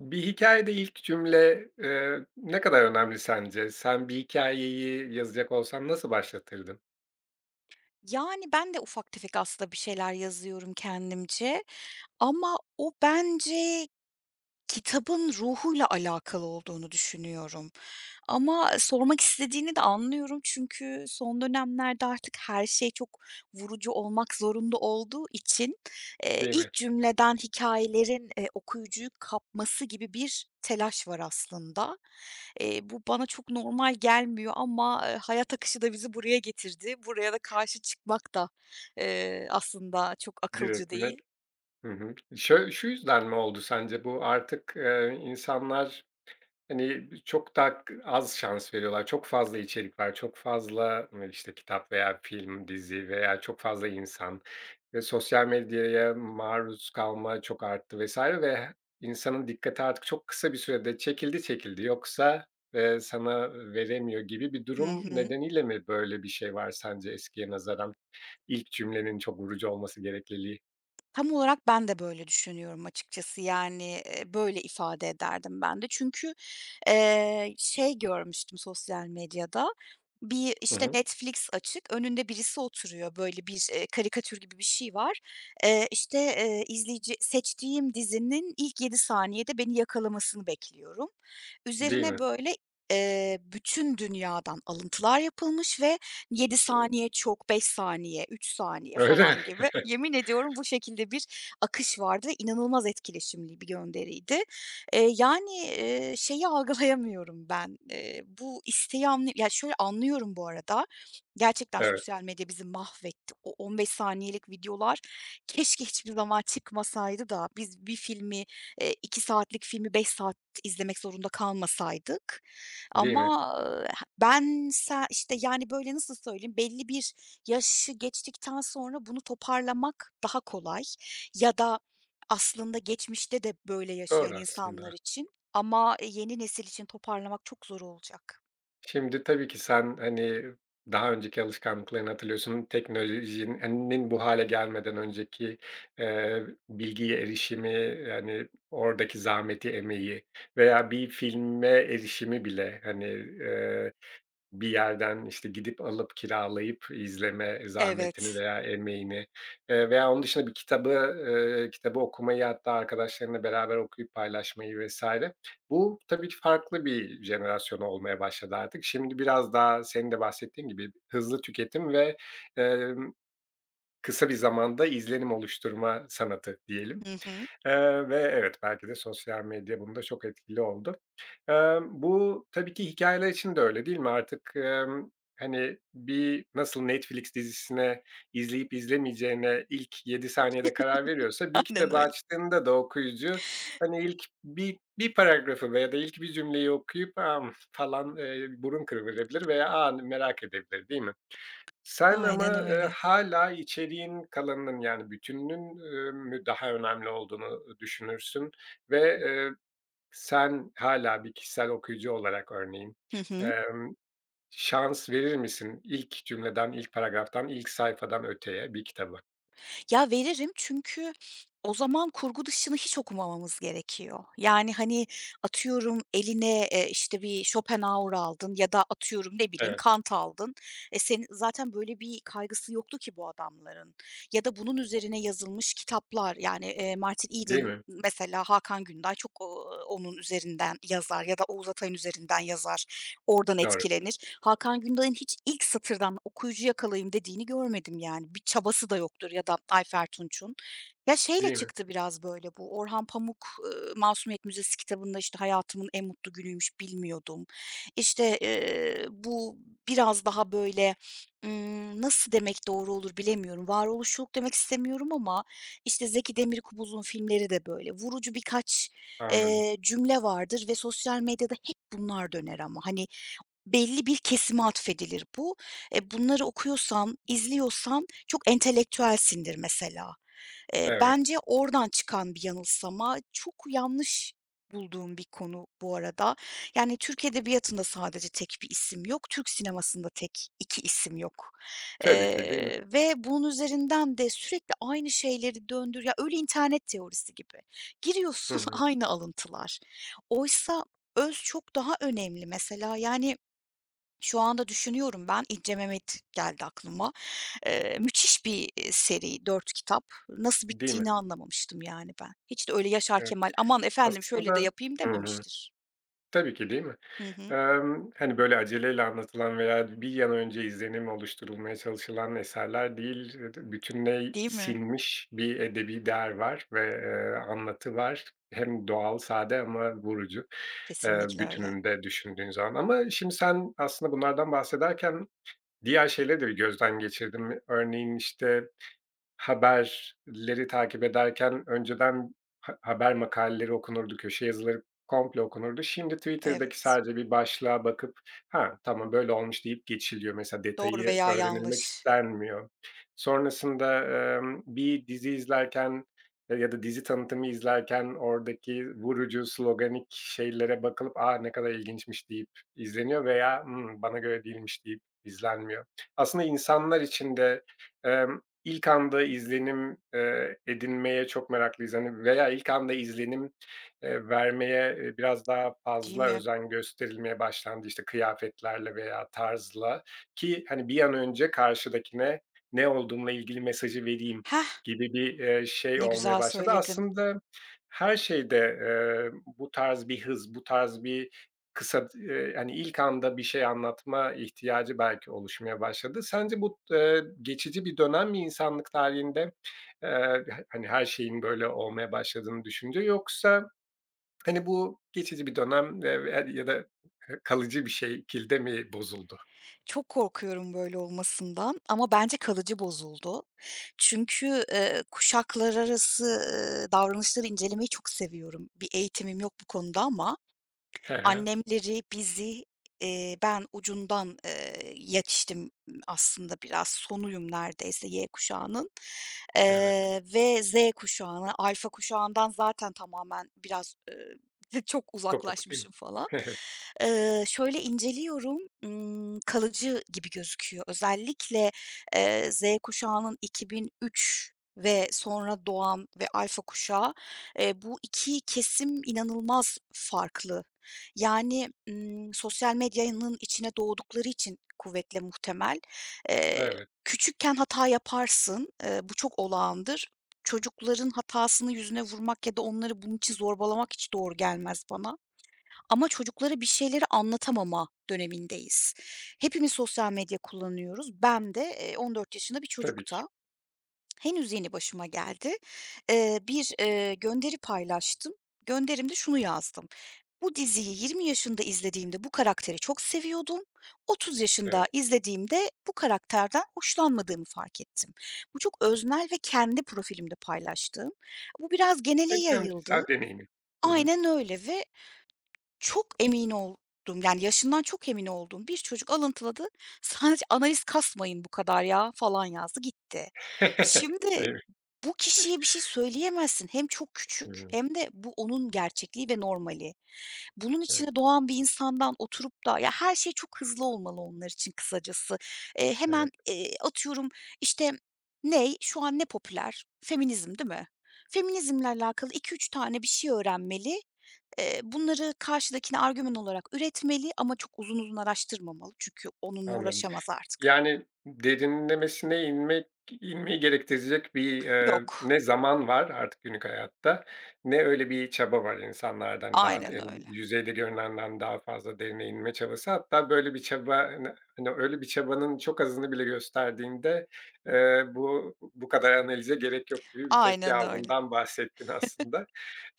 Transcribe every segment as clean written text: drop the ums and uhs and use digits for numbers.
Bir hikâyede ilk cümle, ne kadar önemli sence? Sen bir hikayeyi yazacak olsan nasıl başlatırdın, Yani ben de ufak tefek aslında bir şeyler yazıyorum kendimce, ama o, bence, kitabın ruhuyla alakalı olduğunu düşünüyorum. Ama sormak istediğini de anlıyorum, çünkü son dönemlerde artık her şey çok vurucu olmak zorunda olduğu için, değil mi? ilk cümleden hikâyelerin, okuyucuyu kapması gibi bir telaş var aslında. Bu bana çok normal gelmiyor, ama hayat akışı da bizi buraya getirdi. Buraya da karşı çıkmak da, aslında çok akılcı Direkt. değil. Hı hı. Şu yüzden mi oldu sence bu? Artık, insanlar hani, çok da az şans veriyorlar. Çok fazla içerik var. Çok fazla, işte, kitap veya film, dizi veya çok fazla insan ve sosyal medyaya maruz kalma çok arttı vesaire ve insanın dikkati artık çok kısa bir sürede çekildi yoksa, sana veremiyor gibi bir Hı durum hı. nedeniyle mi böyle bir şey var sence eskiye nazaran? İlk cümlenin çok vurucu olması gerekliliği. Tam olarak ben de böyle düşünüyorum açıkçası. Yani, böyle ifade ederdim ben de. Çünkü, şey görmüştüm sosyal medyada, bir, Hı işte, hı. Netflix açık, önünde birisi oturuyor. Böyle bir, karikatür gibi bir şey var. İşte, izleyici seçtiğim dizinin ilk 7 saniyede beni yakalamasını bekliyorum. Değil Üzerine mi? böyle, bütün dünyadan alıntılar yapılmış. Ve 7 saniye çok, 5 saniye, 3 saniye Öyle. falan gibi. Yemin ediyorum bu şekilde bir akış vardı ve inanılmaz etkileşimli bir gönderiydi. Yani, şeyi algılayamıyorum ben, bu isteği anlı ya, şöyle anlıyorum bu arada, gerçekten Evet. sosyal medya bizi mahvetti. O 15 saniyelik videolar keşke hiçbir zaman çıkmasaydı da biz bir filmi, 2 saatlik filmi 5 saat izlemek zorunda kalmasaydık. Değil mi? Ama, eee, ben sen işte, yani, böyle, nasıl söyleyeyim, belli bir yaşı geçtikten sonra bunu toparlamak daha kolay ya da aslında geçmişte de böyle yaşayan Doğru insanlar aslında. için, ama, yeni nesil için toparlamak çok zor olacak. Şimdi tabii ki sen, hani, daha önceki alışkanlıklarını hatırlıyorsun. Teknolojinin bu hale gelmeden önceki, eee, bilgiye erişimi, yani, oradaki zahmeti, emeği veya bir filme erişimi bile, hani, bir yerden, işte, gidip alıp kiralayıp izleme zahmetini Evet. veya emeğini, veya onun dışında bir kitabı, okumayı hatta arkadaşlarınla beraber okuyup paylaşmayı vesaire. Bu tabii ki farklı bir jenerasyon olmaya başladı artık. Şimdi biraz daha senin de bahsettiğin gibi hızlı tüketim ve, emm, kısa bir zamanda izlenim oluşturma sanatı diyelim, Hı hı. Ve evet belki de sosyal medya bunda çok etkili oldu. Bu tabii ki hikayeler için de öyle değil mi? Artık, hani, bir nasıl Netflix dizisine izleyip izlemeyeceğine ilk 7 saniyede karar veriyorsa bir Aynen kitabı öyle. açtığında da okuyucu, hani, ilk bir paragrafı veya da ilk bir cümleyi okuyup "Amm" falan, burun kıvırabilir veya "A!" merak edebilir, değil mi? Sen Aynen ama, öyle. hâlâ içeriğin kalanının yani bütününün, mü daha önemli olduğunu düşünürsün ve, sen hala bir kişisel okuyucu olarak örneğin, Hı hı. emm, şans verir misin ilk cümleden, ilk paragraftan, ilk sayfadan öteye bir kitaba? Ya, veririm, çünkü o zaman kurgu dışını hiç okumamamız gerekiyor. Yani, hani, atıyorum eline, işte, bir Schopenhauer aldın ya da atıyorum, ne bileyim, Evet. Kant aldın. E, senin zaten böyle bir kaygısı yoktu ki bu adamların, ya da bunun üzerine yazılmış kitaplar. Yani, Martin Değil Eden mi? mesela, Hakan Günday çok, onun üzerinden yazar ya da Oğuz Atay'ın üzerinden yazar. Oradan Doğru. etkilenir. Hakan Günday'ın hiç ilk satırdan okuyucu yakalayayım dediğini görmedim, yani. Bir çabası da yoktur, ya da Ayfer Tunç'un. Ya, şeyle Değil mi? çıktı biraz böyle bu, Orhan Pamuk, Masumiyet Müzesi kitabında, işte, "hayatımın en mutlu günüymüş, bilmiyordum." İşte, bu biraz daha böyle. Nasıl demek doğru olur bilemiyorum. Varoluşçuluk demek istemiyorum, ama, işte, Zeki Demirkubuz'un filmleri de böyle. Vurucu birkaç, Anladım. Cümle vardır ve sosyal medyada hep bunlar döner ama. Hani, belli bir kesime atfedilir bu. E, bunları okuyorsan, izliyorsan çok entelektüelsindir mesela. Eee, Evet. bence oradan çıkan bir yanılsama. Çok yanlış bulduğum bir konu bu arada. Yani, Türk edebiyatında sadece tek bir isim yok, Türk sinemasında tek 2 isim yok. Tabii ki, değil mi? Ve bunun üzerinden de sürekli aynı şeyleri döndür ya, öyle internet teorisi gibi. Hı Giriyorsun, hı. aynı alıntılar. Oysa öz çok daha önemli mesela. Yani şu anda düşünüyorum ben, İnce Mehmet geldi aklıma. Müthiş bir seri, 4 kitap. Nasıl Değil mi? bittiğini anlamamıştım yani ben. Hiç de öyle Yaşar Evet. Kemal, "Aman efendim şöyle de Aslında. yapayım." Hı hı. dememiştir. Tabii ki, değil mi? Hı hı. Hani, böyle aceleyle anlatılan veya bir an önce izlenim oluşturulmaya çalışılan eserler değil, bütüne Değil mi? sinmiş bir edebi değer var ve, anlatı var. Hem doğal, sade ama vurucu, Kesinlikle öyle. bütününde düşündüğün zaman. Ama şimdi sen aslında bunlardan bahsederken diğer şeyleri de bir gözden geçirdim. Örneğin, işte, haberleri takip ederken önceden ha haber makaleleri okunurdu, köşe yazıları komple okunurdu. Şimdi Twitter'daki Evet. sadece bir başlığa bakıp, "Ha, tamam, böyle olmuş." deyip geçiliyor. Mesela Doğru detayı veya öğrenilmek yanlış. istenmiyor. Sonrasında, bir dizi izlerken, ya da dizi tanıtımı izlerken oradaki vurucu, sloganik şeylere bakılıp, "A, ne kadar ilginçmiş." deyip izleniyor veya, "Hımm, bana göre değilmiş." deyip izlenmiyor. Aslında insanlar için de, İlk anda izlenim, edinmeye çok meraklıyız, hani, veya ilk anda izlenim, vermeye, biraz daha Değil fazla mi? özen gösterilmeye başlandı, işte, kıyafetlerle veya tarzla ki, hani, bir an önce karşıdakine ne olduğumla ilgili mesajı vereyim Heh, gibi bir, şey ne olmaya güzel başladı. söyledin. Aslında her şeyde, bu tarz bir hız, bu tarz bir kısa, hani, ilk anda bir şey anlatma ihtiyacı belki oluşmaya başladı. Sence bu, geçici bir dönem mi insanlık tarihinde? Eee, hani, her şeyin böyle olmaya başladığını düşünce yoksa, hani, bu geçici bir dönem ve ya da kalıcı bir şekilde mi bozuldu? Çok korkuyorum böyle olmasından, ama bence kalıcı bozuldu. Çünkü, kuşaklar arası, davranışları incelemeyi çok seviyorum. Bir eğitimim yok bu konuda, ama He he, annemleri, bizi, ben ucundan, yetiştim aslında biraz, sonuyum neredeyse Y kuşağının, evet. Ve Z kuşağına, alfa kuşağından zaten tamamen biraz, çok Kopuk değil mi? uzaklaşmışım falan. Şöyle inceliyorum, kalıcı gibi gözüküyor. Özellikle, Z kuşağının 2003 ve sonra doğan ve alfa kuşağı, bu 2 kesim inanılmaz farklı. Yani, sosyal medyanın içine doğdukları için kuvvetle muhtemel. Evet, Eee, evet, küçükken hata yaparsın, bu çok olağandır. Çocukların hatasını yüzüne vurmak ya da onları bunun için zorbalamak hiç doğru gelmez bana. Ama çocuklara bir şeyleri anlatamama dönemindeyiz. Hepimiz sosyal medya kullanıyoruz. Ben de, 14 yaşında bir tabii ki. çocukta. Henüz yeni başıma geldi. Bir gönderi paylaştım. Gönderimde şunu yazdım. Bu diziyi 20 yaşında izlediğimde bu karakteri çok seviyordum. 30 yaşında Evet izlediğimde bu karakterden hoşlanmadığımı fark ettim. Bu çok öznel ve kendi profilimde paylaştığım. Bu biraz genele ve kendi yayıldı. kişisel deneyimin. Hı hı. Aynen öyle. Ve çok emin oldum, yani, yaşından çok emin olduğum bir çocuk alıntıladı. Sadece "Analiz kasmayın bu kadar ya." falan yazdı, gitti. Şimdi Değil mi? bu kişiye bir şey söyleyemezsin. Hem çok küçük, Hıı. hem de bu onun gerçekliği ve normali. Bunun Evet, içine doğan bir insandan oturup da ya, her şey çok hızlı olmalı onlar için kısacası. Hemen, evet. Atıyorum, işte, ne şu an ne popüler? Feminizm, değil mi? Feminizmle alakalı iki üç tane bir şey öğrenmeli. Bunları karşıdakine argüman olarak üretmeli, ama çok uzun uzun araştırmamalı, çünkü onunla Anladım. uğraşamaz artık. Yani, derinlemesine inmeyi gerektirecek bir, Yok. ne zaman var artık günlük hayatta ne öyle bir çaba var insanlardan daha Aynen derin, öyle. yüzeyde görünenden daha fazla derine inme çabası. Hatta böyle bir çaba, hani, öyle bir çabanın çok azını bile gösterdiğinde, bu kadar analize gerek yok gibi bir tepki Aynen öyle. aldığından bahsettin aslında.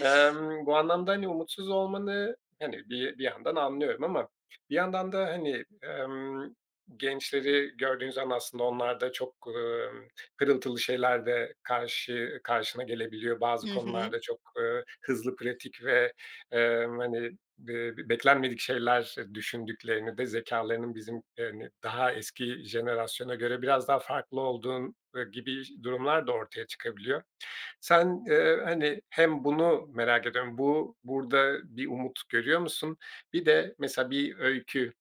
Bu anlamda, hani, umutsuz olmanı, hani, bir yandan anlıyorum ama bir yandan da, hani, gençleri gördüğün zaman aslında onlar da çok, hırıltılı şeyler de karşı karşına gelebiliyor. Bazı Hı hı. konularda çok, hızlı, pratik ve, hani, beklenmedik şeyler düşündüklerini de zekâlarının bizim, hani, daha eski jenerasyona göre biraz daha farklı olduğun, gibi durumlar da ortaya çıkabiliyor. Sen, hani, hem bunu merak ediyorum. Bu burada bir umut görüyor musun? Bir de mesela bir öykü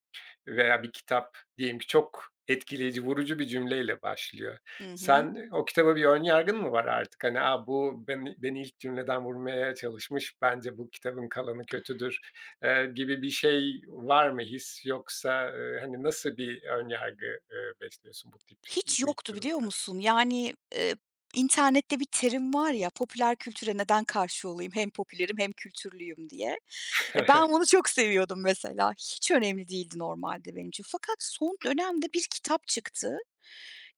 veya bir kitap diyelim ki çok etkileyici, vurucu bir cümleyle başlıyor. Hı hı. Sen, o kitaba bir ön yargın mı var artık? Hani, "A, bu beni ilk cümleden vurmaya çalışmış. Bence bu kitabın kalanı kötüdür." Gibi bir şey var mı his? Yoksa, hani, nasıl bir ön yargı, besliyorsun bu tip Hiç bu ilk yoktu, duruma biliyor karşı? musun? Yani, internette bir terim var ya, "popüler kültüre neden karşı olayım, hem popülerim hem kültürlüyüm" diye. E, ben bunu çok seviyordum mesela. Hiç önemli değildi normalde benim için. Fakat son dönemde bir kitap çıktı.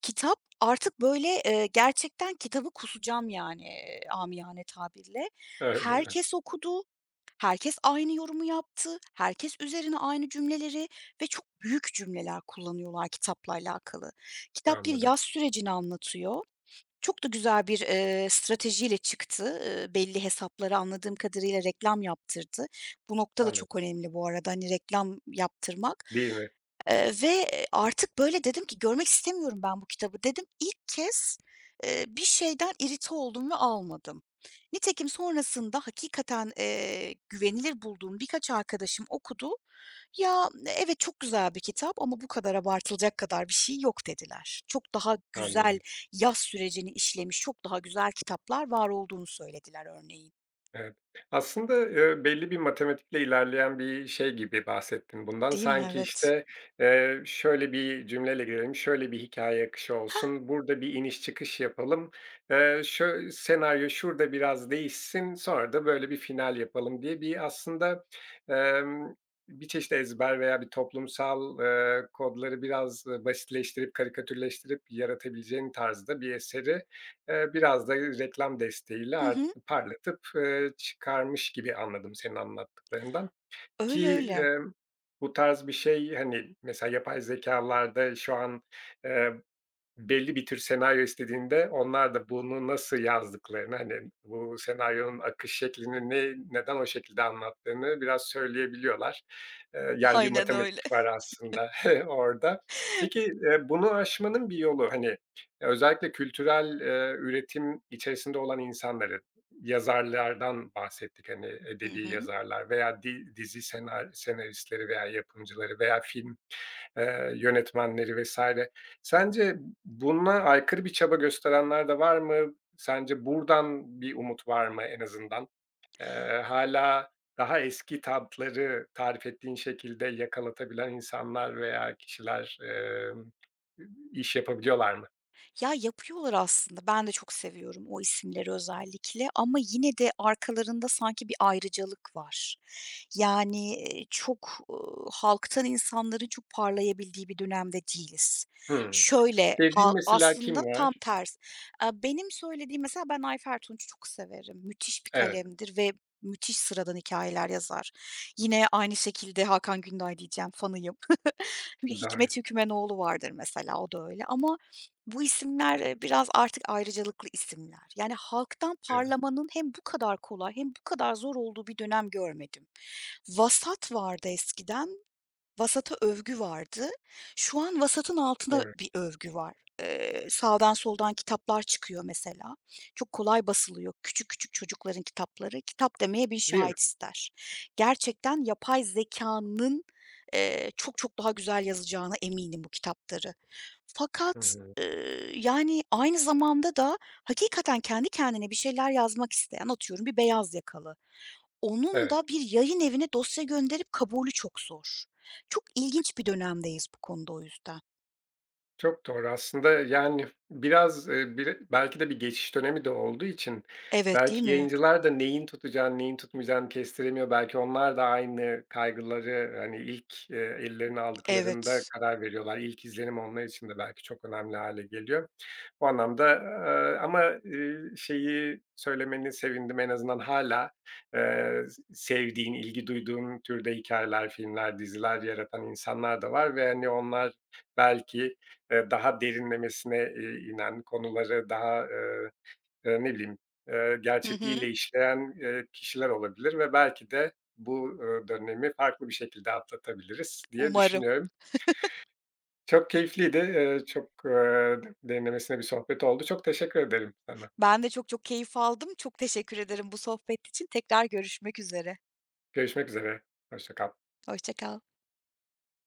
Kitap artık böyle, gerçekten kitabı kusacağım yani, amiyane tabirle. Öyle mi? Herkes okudu, herkes aynı yorumu yaptı, herkes üzerine aynı cümleleri ve çok büyük cümleler kullanıyorlar kitapla alakalı. Kitap bir Anladım, yaz sürecini anlatıyor, çok da güzel bir, stratejiyle çıktı. Belli hesaplara anladığım kadarıyla reklam yaptırdı. Bu nokta da anladım. çok önemli bu arada, hani, reklam yaptırmak. Değil mi? Artık böyle dedim ki, "Görmek istemiyorum ben bu kitabı." dedim. İlk kez, bir şeyden irite oldum ve almadım. Nitekim sonrasında hakikaten, güvenilir bulduğum birkaç arkadaşım okudu. "Ya, evet, çok güzel bir kitap, ama bu kadar abartılacak kadar bir şey yok." dediler. Çok daha güzel Anladım. yaz sürecini işlemiş, çok daha güzel kitaplar var olduğunu söylediler örneğin. Evet. Aslında, belli bir matematikle ilerleyen bir şey gibi bahsettin bundan. Değil mi? Sanki, Evet. işte, şöyle bir cümleyle girelim, şöyle bir hikaye akışı Hah, olsun, burada bir iniş çıkış yapalım, şöy senaryo şurada biraz değişsin, sonra da böyle bir final yapalım diye bir aslında, emm, bir çeşit ezber veya bir toplumsal, kodları biraz, basitleştirip, karikatürleştirip yaratabileceğin tarzda bir eseri, biraz da reklam hı desteğiyle hı. parlatıp, çıkarmış gibi anladım senin anlattıklarından Öyle, ki, öyle. Bu tarz bir şey, hani, mesela yapay zekalarda şu an, eee belli bir tür senaryo istediğinde onlar da bunu nasıl yazdıklarını, hani, bu senaryonun akış şeklini neden o şekilde anlattığını biraz söyleyebiliyorlar. Yani, bir Aynen öyle. matematik var aslında orada. Peki, bunu aşmanın bir yolu, hani, özellikle kültürel, üretim içerisinde olan insanları, yazarlardan bahsettik, hani, Hı edebi hı. yazarlar veya dizi senaristleri veya yapımcıları veya film, yönetmenleri vesaire. Sence buna aykırı bir çaba gösterenler de var mı? Sence buradan bir umut var mı en azından? Hâlâ daha eski tatları tarif ettiğin şekilde yakalatabilen insanlar veya kişiler, iş yapabiliyorlar mı? Ya, yapıyorlar aslında. Ben de çok seviyorum o isimleri özellikle, ama yine de arkalarında sanki bir ayrıcalık var. Yani, çok, halktan insanların çok parlayabildiği bir dönemde değiliz. Hımm. Şöyle, ha, Sevdiğin mesela aslında kim tam var? tersi. Benim söylediğim mesela, ben Ayfer Tunç'u çok severim. Müthiş bir Evet, kalemdir ve müthiş sıradan hikayeler yazar. Yine aynı şekilde Hakan Günday diyeceğim, fanıyım. doğru. Hikmet Hükümenoğlu vardır mesela, o da öyle, ama bu isimler, biraz artık ayrıcalıklı isimler. Yani halktan Evet, parlamanın hem bu kadar kolay, hem bu kadar zor olduğu bir dönem görmedim. Vasat vardı eskiden. Vasata övgü vardı. Şu an vasatın altında doğru. bir övgü var. Sağdan soldan kitaplar çıkıyor mesela. Çok kolay basılıyor küçük küçük çocukların kitapları. Kitap demeye bir Değil mi? şahit ister. Gerçekten yapay zekânın, çok çok daha güzel yazacağına eminim bu kitapları. Hı Fakat, hı. Yani aynı zamanda da hakikaten kendi kendine bir şeyler yazmak isteyen, atıyorum bir beyaz yakalı, onun Evet. da bir yayın evine dosya gönderip kabulü çok zor. Çok ilginç bir dönemdeyiz bu konuda, o yüzden. Çok doğru. Aslında, yani, biraz, bir belki de bir geçiş dönemi de olduğu için Evet, değil belki mi? yayıncılar da neyin tutacağını, neyin tutmayacağını kestiremiyor. Belki onlar da aynı kaygıları, hani, ilk, ellerine aldıklarında Evet. karar veriyorlar. İlk izlenim onlar için de belki çok önemli hale geliyor. Bu anlamda, şeyi söylemeni sevindim. En azından hala eee, sevdiğin, ilgi duyduğun türde hikayeler filmler, diziler yaratan insanlar da var ve, hani, onlar belki daha derinlemesine, inen konuları daha, ne bileyim, Hı hı. gerçekliğiyle işleyen, kişiler olabilir ve belki de bu, dönemi farklı bir şekilde atlatabiliriz diye Umarım. düşünüyorum. Çok keyifliydi. Çok, derinlemesine bir sohbet oldu. Çok teşekkür ederim sana. Ben de çok çok keyif aldım. Çok teşekkür ederim bu sohbet için. Tekrar görüşmek üzere. Görüşmek üzere. Hoşça kal. Hoşça kal.